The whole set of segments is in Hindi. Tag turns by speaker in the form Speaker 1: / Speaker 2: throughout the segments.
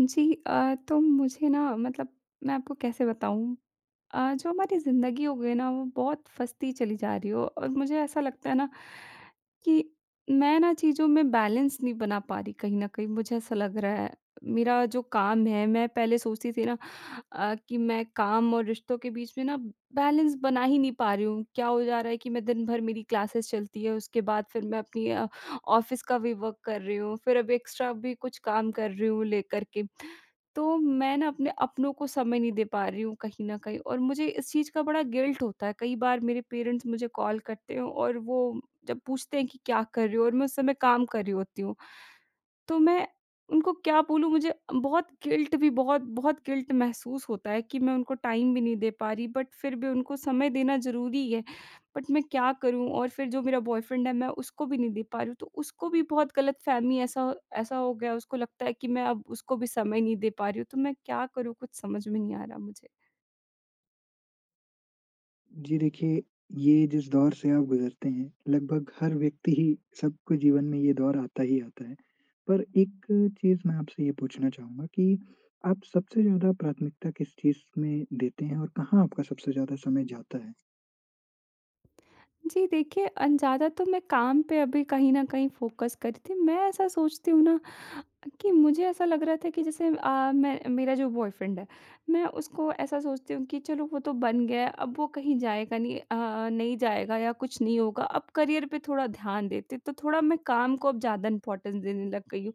Speaker 1: जी, तो मुझे ना, मतलब मैं आपको कैसे बताऊँ। जो हमारी ज़िंदगी हो गई ना, वो बहुत फँसती चली जा रही हो और मुझे ऐसा लगता है ना कि मैं ना चीज़ों में बैलेंस नहीं बना पा रही, कहीं न कहीं मुझे ऐसा लग रहा है। मेरा जो काम है, मैं पहले सोचती थी ना कि मैं काम और रिश्तों के बीच में ना बैलेंस बना ही नहीं पा रही हूँ। क्या हो जा रहा है कि मैं दिन भर, मेरी क्लासेस चलती है, उसके बाद फिर मैं अपनी ऑफ़िस का भी वर्क कर रही हूँ, फिर अभी एक्स्ट्रा भी कुछ काम कर रही हूँ लेकर के। तो मैं ना अपने अपनों को समय नहीं दे पा रही हूँ कहीं न कहीं, और मुझे इस चीज़ का बड़ा गिल्ट होता है। कई बार मेरे पेरेंट्स मुझे कॉल करते हैं और वो जब पूछते हैं कि क्या कर रही हो, और मैं उस समय काम कर रही होती हूँ। तो मैं उनको क्या बोलूँ, मुझे बहुत गिल्ट भी, बहुत बहुत गिल्ट महसूस होता है कि मैं उनको टाइम भी नहीं दे पा रही, बट फिर भी उनको समय देना ज़रूरी है। बट मैं क्या करूँ, और फिर जो मेरा बॉयफ्रेंड है, मैं उसको भी नहीं दे पा रही हूँ, तो उसको भी बहुत गलतफ़हमी, ऐसा ऐसा हो गया, उसको लगता है कि मैं अब उसको भी समय नहीं दे पा रही हूँ, तो मैं क्या करूँ, कुछ समझ में नहीं आ रहा मुझे।
Speaker 2: जी देखिए, ये जिस दौर से आप गुज़रते हैं, लगभग हर व्यक्ति ही सबके जीवन में ये दौर आता ही आता है। पर एक चीज़ मैं आपसे ये पूछना चाहूँगा कि आप सबसे ज़्यादा प्राथमिकता किस चीज़ में देते हैं और कहाँ आपका सबसे ज़्यादा समय जाता है?
Speaker 1: जी देखिए, अन ज़्यादा तो मैं काम पे अभी कहीं न कहीं फ़ोकस कर रही थी। मैं ऐसा सोचती हूँ ना कि मुझे ऐसा लग रहा था कि जैसे अ, मैं मेरा जो बॉयफ्रेंड है, मैं उसको ऐसा सोचती हूँ कि चलो वो तो बन गया है, अब वो कहीं जाएगा नहीं, नहीं जाएगा या कुछ नहीं होगा। अब करियर पे थोड़ा ध्यान देते, तो थोड़ा मैं काम को अब ज़्यादा इम्पोर्टेंस देने लग गई हूँ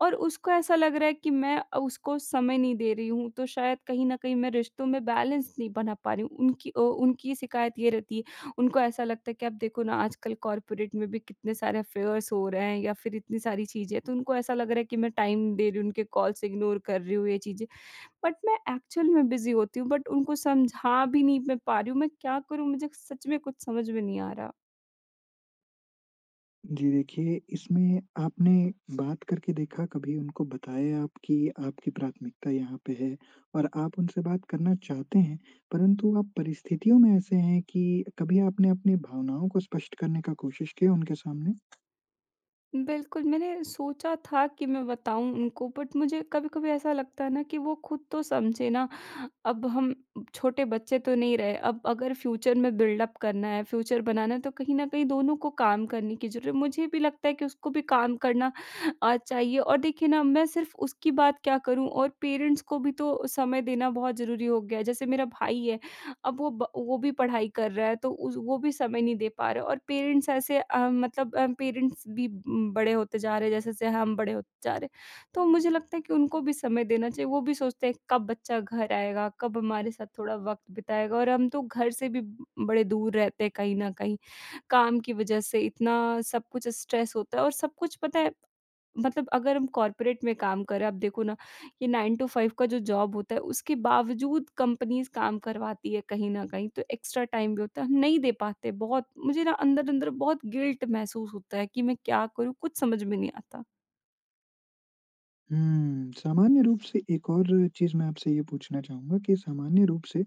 Speaker 1: और उसको ऐसा लग रहा है कि मैं उसको समय नहीं दे रही हूँ, तो शायद कहीं न कहीं मैं रिश्तों में बैलेंस नहीं बना पा रही हूँ। उनकी शिकायत ये रहती है, उनको ऐसा लगता है कि आप देखो ना, आजकल कॉर्पोरेट में भी कितने सारे अफेयर्स हो रहे हैं या फिर इतनी सारी चीज़ें, तो उनको ऐसा लग रहा है कि मैं टाइम दे रही हूँ, उनके कॉल्स इग्नोर कर रही हूँ, ये चीज़ें। बट मैं एक्चुअल में बिज़ी होती हूँ, बट उनको समझा भी नहीं मैं पा रही हूँ, मैं क्या करूँ? मुझे सच में कुछ समझ में नहीं आ रहा।
Speaker 2: जी देखिए, इसमें आपने बात करके देखा, कभी उनको बताया आप कि आपकी प्राथमिकता यहाँ पे है और आप उनसे बात करना चाहते हैं, परंतु आप परिस्थितियों में ऐसे हैं कि कभी आपने अपनी भावनाओं को स्पष्ट करने का कोशिश किया उनके सामने?
Speaker 1: बिल्कुल, मैंने सोचा था कि मैं बताऊँ उनको, बट मुझे कभी-कभी ऐसा लगता है ना कि वो खुद तो समझे ना। अब हम छोटे बच्चे तो नहीं रहे, अब अगर फ्यूचर में बिल्डअप करना है, फ्यूचर बनाना है, तो कहीं न कहीं दोनों को काम करने की ज़रूरत है। मुझे भी लगता है कि उसको भी काम करना चाहिए, और देखिए ना, मैं सिर्फ़ उसकी बात क्या करूँ, और पेरेंट्स को भी तो समय देना बहुत ज़रूरी हो गया है। जैसे मेरा भाई है, अब वो भी पढ़ाई कर रहा है, तो उस वो भी समय नहीं दे पा रहा है, और पेरेंट्स ऐसे, मतलब, पेरेंट्स भी बड़े होते जा रहे हैं, जैसे-जैसे हम बड़े होते जा रहे हैं। तो मुझे लगता है कि उनको भी समय देना चाहिए, वो भी सोचते हैं कब बच्चा घर आएगा, कब हमारे साथ थोड़ा वक़्त बिताएगा, और हम तो घर से भी बड़े दूर रहते हैं कहीं न कहीं, काम की वज़ह से। इतना सब कुछ स्ट्रेस होता है और सब कुछ पता है, मतलब अगर हम कॉर्पोरेट में काम कर रहे हैं, आप देखो ना, ये 9 टू 5 का जो जॉब होता है, उसके बावजूद कंपनीज़ काम करवाती है कहीं न कहीं, तो एक्स्ट्रा टाइम भी होता है, हम नहीं दे पाते बहुत। मुझे ना अंदर-अंदर बहुत गिल्ट महसूस होता है कि मैं क्या करूँ? कुछ समझ में नहीं आता।
Speaker 2: सामान्य रूप से एक और चीज़ मैं आपसे ये पूछना चाहूँगा कि सामान्य रूप से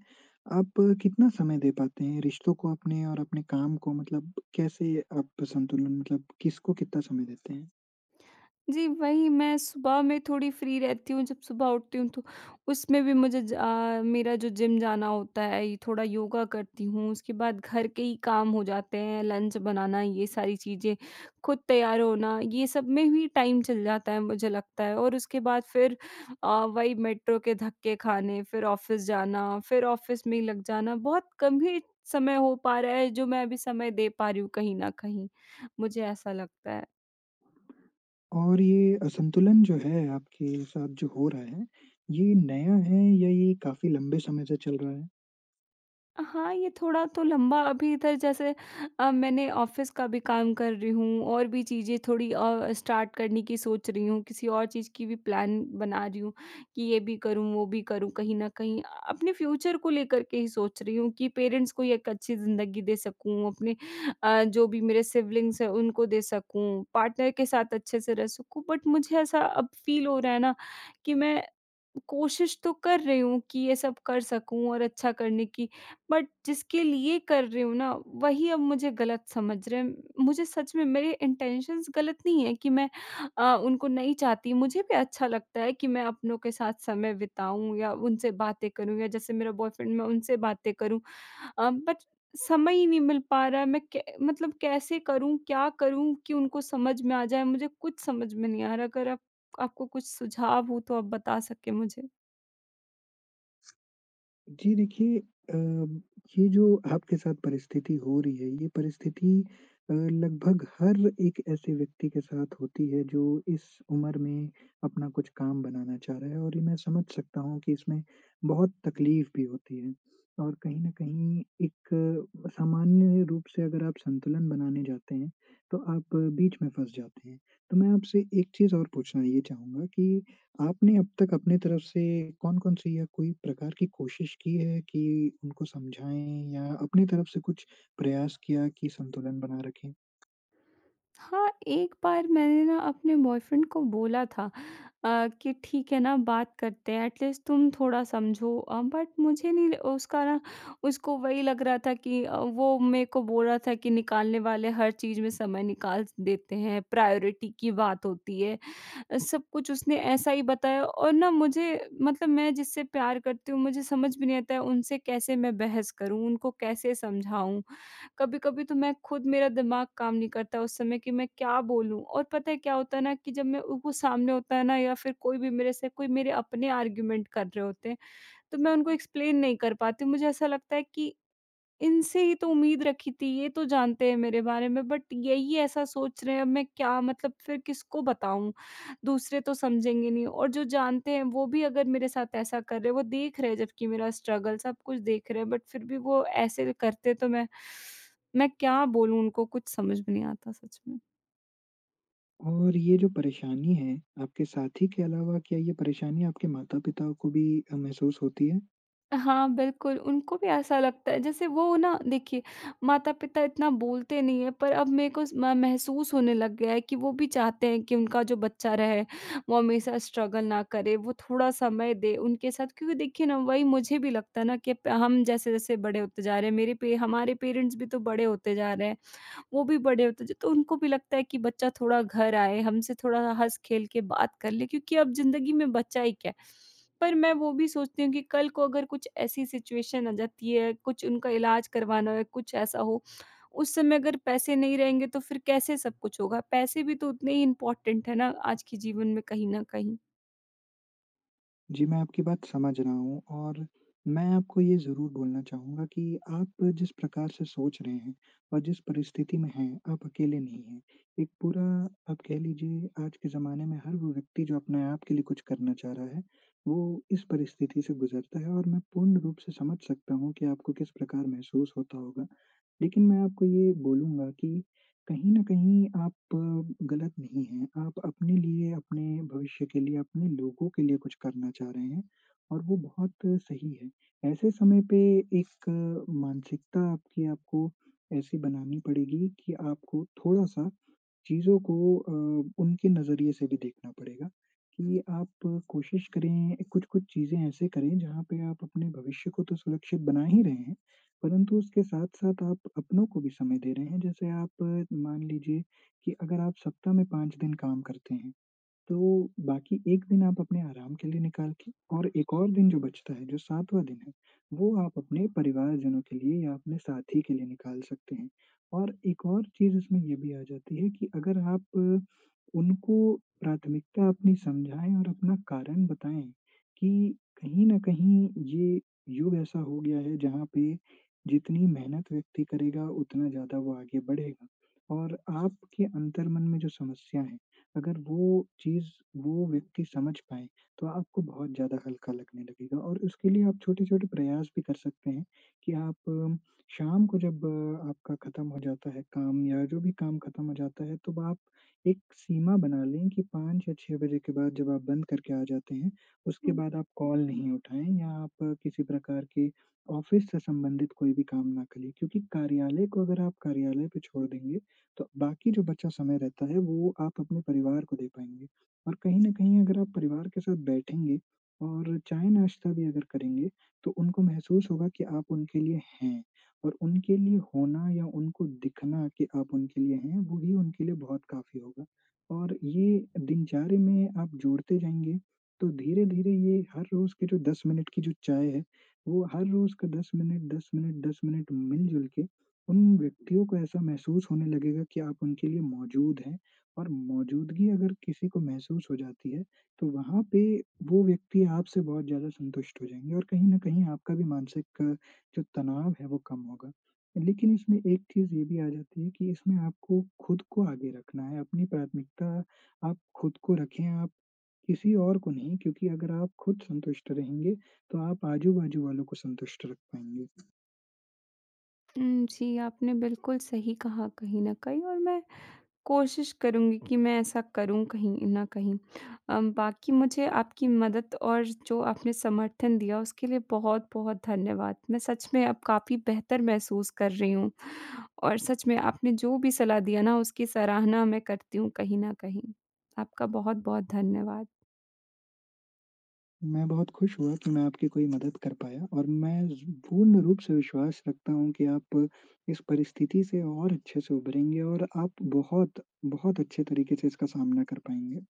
Speaker 2: आप कितना समय दे पाते हैं रिश्तों को अपने और अपने काम को, मतलब कैसे आप संतुलन, मतलब किसको कितना समय देते हैं?
Speaker 1: जी, वही मैं सुबह में थोड़ी फ्री रहती हूँ, जब सुबह उठती हूँ, तो उसमें भी मुझे मेरा जो जिम जाना होता है, ये, थोड़ा योगा करती हूँ, उसके बाद घर के ही काम हो जाते हैं, लंच बनाना, ये सारी चीज़ें, खुद तैयार होना, ये सब में भी टाइम चल जाता है मुझे लगता है, और उसके बाद फिर वही मेट्रो के धक्के खाने, फिर ऑफ़िस जाना, फिर ऑफ़िस में ही लग जाना। बहुत कम ही समय हो पा रहा है, जो मैं अभी समय दे पा रही हूँ कहीं न कहीं, मुझे ऐसा लगता है।
Speaker 2: और ये असंतुलन जो है, आपके साथ जो हो रहा है, ये नया है या ये काफ़ी लंबे समय से चल रहा है?
Speaker 1: हाँ, ये थोड़ा तो लंबा, अभी इधर जैसे मैंने ऑफ़िस का भी काम कर रही हूँ, और भी चीज़ें थोड़ी स्टार्ट करने की सोच रही हूँ, किसी और चीज़ की भी प्लान बना रही हूँ कि ये भी करूँ, वो भी करूँ। कहीं न कहीं अपने फ्यूचर को लेकर के ही सोच रही हूँ कि पेरेंट्स को एक अच्छी ज़िंदगी दे सकूँ, अपने जो भी मेरे सिबलिंग्स हैं उनको दे सकूँ, पार्टनर के साथ अच्छे से रह सकूँ। बट मुझे ऐसा अब फ़ील हो रहा है ना कि मैं कोशिश तो कर रही हूँ कि ये सब कर सकूँ और अच्छा करने की, बट जिसके लिए कर रही हूँ ना, वही अब मुझे गलत समझ रहे हैं। मुझे सच में, मेरे इंटेंशंस गलत नहीं है कि मैं उनको नहीं चाहती, मुझे भी अच्छा लगता है कि मैं अपनों के साथ समय बिताऊँ या उनसे बातें करूँ, या जैसे मेरा बॉयफ्रेंड, मैं उनसे बातें करूँ, बट समय ही नहीं मिल पा रहा है। मैं कै मतलब कैसे करूँ, क्या करूँ कि उनको समझ में आ जाए? मुझे कुछ समझ में नहीं आ रहा। अगर आप आपको कुछ सुझाव हो तो आप बता सकें मुझे।
Speaker 2: जी, देखिए ये जो आपके साथ परिस्थिति हो रही है, ये परिस्थिति लगभग हर एक ऐसे व्यक्ति के साथ होती है जो इस उम्र में अपना कुछ काम बनाना चाह रहा है, और ये मैं समझ सकता हूँ कि इसमें बहुत तकलीफ़ भी होती है। और कहीं न कहीं एक सामान्य रूप से अगर आप संतुलन बनाने जाते हैं, तो आप बीच में फँस जाते हैं। तो मैं आपसे एक चीज़ और पूछना ये चाहूँगा कि आपने अब तक अपनी तरफ से कौन-कौन सी या कोई प्रकार की कोशिश की है कि उनको समझाएँ, या अपनी तरफ से कुछ प्रयास किया कि संतुलन बना रखें?
Speaker 1: हाँ, एक बार मैंने ना अपने बॉयफ्रेंड को बोला था कि ठीक है ना, बात करते हैं, एटलीस्ट तुम थोड़ा समझो, बट मुझे नहीं, उसका ना, उसको वही लग रहा था कि वो मेरे को बोल रहा था कि निकालने वाले हर चीज़ में समय निकाल देते हैं, प्रायोरिटी की बात होती है, सब कुछ उसने ऐसा ही बताया, और ना मुझे, मतलब मैं जिससे प्यार करती हूँ, मुझे समझ भी नहीं आता है उनसे कैसे मैं बहस करूँ, उनको कैसे समझाऊँ? कभी-कभी तो मैं खुद, मेरा दिमाग काम नहीं करता उस समय कि मैं क्या बोलूँ? और पता है क्या होता है ना, कि जब मैं, वो सामने होता है ना या फिर कोई भी, मेरे से कोई मेरे अपने आर्गुमेंट कर रहे होते हैं, तो मैं उनको एक्सप्लेन नहीं कर पाती हूँ। मुझे ऐसा लगता है कि इनसे ही तो उम्मीद रखी थी, ये तो जानते हैं मेरे बारे में, बट यही ऐसा सोच रहे हैं, अब मैं क्या, मतलब फिर किसको बताऊँ? दूसरे तो समझेंगे नहीं, और जो जानते हैं वो भी अगर मेरे साथ ऐसा कर रहे हैं, वो देख रहे हैं, जबकि मेरा स्ट्रगल सब कुछ देख रहे हैं, बट फिर भी वो ऐसे करते, तो मैं क्या बोलूँ उनको, कुछ समझ में नहीं आता सच में।
Speaker 2: और ये जो परेशानी है, आपके साथी के अलावा क्या ये परेशानी आपके माता-पिता को भी महसूस होती है?
Speaker 1: हाँ, बिल्कुल, उनको भी ऐसा लगता है, जैसे वो ना, देखिए, माता-पिता इतना बोलते नहीं है, पर अब मेरे को म महसूस होने लग गया है कि वो भी चाहते हैं कि उनका जो बच्चा रहे, वो हमेशा स्ट्रगल ना करे, वो थोड़ा समय दे उनके साथ, क्योंकि देखिए ना, वही मुझे भी लगता है ना कि प हम जैसे-जैसे बड़े होते जा रहे हैं, मेरे पे हमारे पेरेंट्स भी तो बड़े होते जा रहे हैं। वो भी बड़े होते, ज तो उनको भी लगता है कि बच्चा थोड़ा घर आए, हमसे थोड़ा हँस-खेल के बात कर ले, क्योंकि अब ज़िंदगी में बचा ही क्या है। पर मैं वो भी सोचती हूँ कि कल को अगर कुछ ऐसी सिचुएशन आ जाती है, कुछ उनका इलाज करवाना है, कुछ ऐसा हो, उस समय अगर पैसे नहीं रहेंगे तो फिर कैसे सब कुछ होगा? पैसे भी तो उतने ही इम्पोर्टेंट है ना आज के जीवन में, कहीं न कहीं।
Speaker 2: जी, मैं आपकी बात समझ रहा हूँ और मैं आपको ये ज़रूर बोलना चाहूँगा कि आप जिस प्रकार से सोच रहे हैं और जिस परिस्थिति में हैं, आप अकेले नहीं हैं। एक पूरा, आप कह लीजिए, आज के ज़माने में हर वो व्यक्ति जो अपने आप के लिए कुछ करना चाह रहा है, वो इस परिस्थिति से गुज़रता है और मैं पूर्ण रूप से समझ सकता हूँ कि आपको किस प्रकार महसूस होता होगा। लेकिन मैं आपको ये बोलूँगा कि कहीं न कहीं आप गलत नहीं हैं। आप अपने लिए, अपने भविष्य के लिए, अपने लोगों के लिए कुछ करना चाह रहे हैं और वो बहुत सही है। ऐसे समय पे एक मानसिकता आपकी, आपको ऐसी बनानी पड़ेगी कि आपको थोड़ा-सा चीज़ों को उनके नज़रिए से भी देखना पड़ेगा, कि आप कोशिश करें, कुछ-कुछ चीज़ें ऐसे करें जहाँ पे आप अपने भविष्य को तो सुरक्षित बना ही रहे हैं, परंतु उसके साथ-साथ आप अपनों को भी समय दे रहे हैं। जैसे आप मान लीजिए कि अगर आप सप्ताह में 5 दिन काम करते हैं। तो बाकी 1 दिन आप अपने आराम के लिए निकाल के, और एक और दिन जो बचता है, जो 7वाँ दिन है, वो आप अपने परिवारजनों के लिए या अपने साथी के लिए निकाल सकते हैं। और एक और चीज़ इसमें ये भी आ जाती है कि अगर आप उनको प्राथमिकता अपनी समझाएँ और अपना कारण बताएँ कि कहीं न कहीं ये युग ऐसा हो गया है जहाँ पे जितनी मेहनत व्यक्ति करेगा, उतना ज़्यादा वो आगे बढ़ेगा। और आपके अंतर्मन में जो समस्या है, अगर वो चीज़ वो व्यक्ति समझ पाए, तो आपको बहुत ज़्यादा हल्का लगने लगेगा। और उसके लिए आप छोटे-छोटे प्रयास भी कर सकते हैं कि आप शाम को जब आपका खत्म हो जाता है काम, या जो भी काम खत्म हो जाता है, तो आप एक सीमा बना लें कि 5 या 6 बजे के बाद जब आप बंद करके आ जाते हैं, उसके
Speaker 1: हुँ,
Speaker 2: बाद आप कॉल नहीं उठाएँ, या आप किसी प्रकार के ऑफ़िस से संबंधित कोई भी काम ना करें। क्योंकि कार्यालय को अगर आप कार्यालय पे छोड़ देंगे, तो बाकी जो बचा समय रहता है वो आप अपने परिवार को दे पाएँगे। और कहीं न कहीं अगर आप परिवार के साथ बैठेंगे और चाय-नाश्ता भी अगर करेंगे, तो उनको महसूस होगा कि आप उनके लिए हैं। और उनके लिए होना या उनको दिखना कि आप उनके लिए हैं, वो ही उनके लिए बहुत काफ़ी होगा। और ये दिनचर्या में आप जोड़ते जाएँगे, तो धीरे-धीरे ये हर रोज़ के जो 10 मिनट की जो चाय है, वो हर रोज़ का 10 मिनट, 10 मिनट, 10 मिनट मिलजुल के उन व्यक्तियों को ऐसा महसूस होने लगेगा कि आप उनके लिए मौजूद हैं। और मौजूदगी अगर किसी को महसूस हो जाती है, तो वहाँ पे वो व्यक्ति आपसे बहुत ज़्यादा संतुष्ट हो जाएँगे, और कहीं न कहीं आपका भी मानसिक जो तनाव है वो कम होगा। लेकिन इसमें एक चीज़ ये भी आ जाती है कि इसमें आपको खुद को आगे रखना है, अपनी प्राथमिकता आप खुद को रखें, आप किसी और को नहीं, क्योंकि अगर आप खुद संतुष्ट रहेंगे, तो आप आजू-बाजू वालों को संतुष्ट रख पाएँगे।
Speaker 1: हुँ, जी, आपने बिल्कुल सही कहा कहीं न कहीं, और मैं कोशिश करूँगी कि मैं ऐसा करूँ कहीं न कहीं। बाकी, मुझे आपकी मदद और जो आपने समर्थन दिया उसके लिए बहुत-बहुत धन्यवाद। मैं सच में अब काफ़ी बेहतर महसूस कर रही हूँ, और सच में आपने जो भी सलाह दिया ना, उसकी सराहना मैं करती हूँ कहीं न कहीं। आपका बहुत-बहुत धन्यवाद।
Speaker 2: मैं बहुत खुश हुआ कि मैं आपकी कोई मदद कर पाया, और मैं ज़ पूर्ण रूप से विश्वास रखता हूँ कि आप इस परिस्थिति से और अच्छे से उभरेंगे और आप बहुत, बहुत अच्छे तरीके से इसका सामना कर पाएँगे।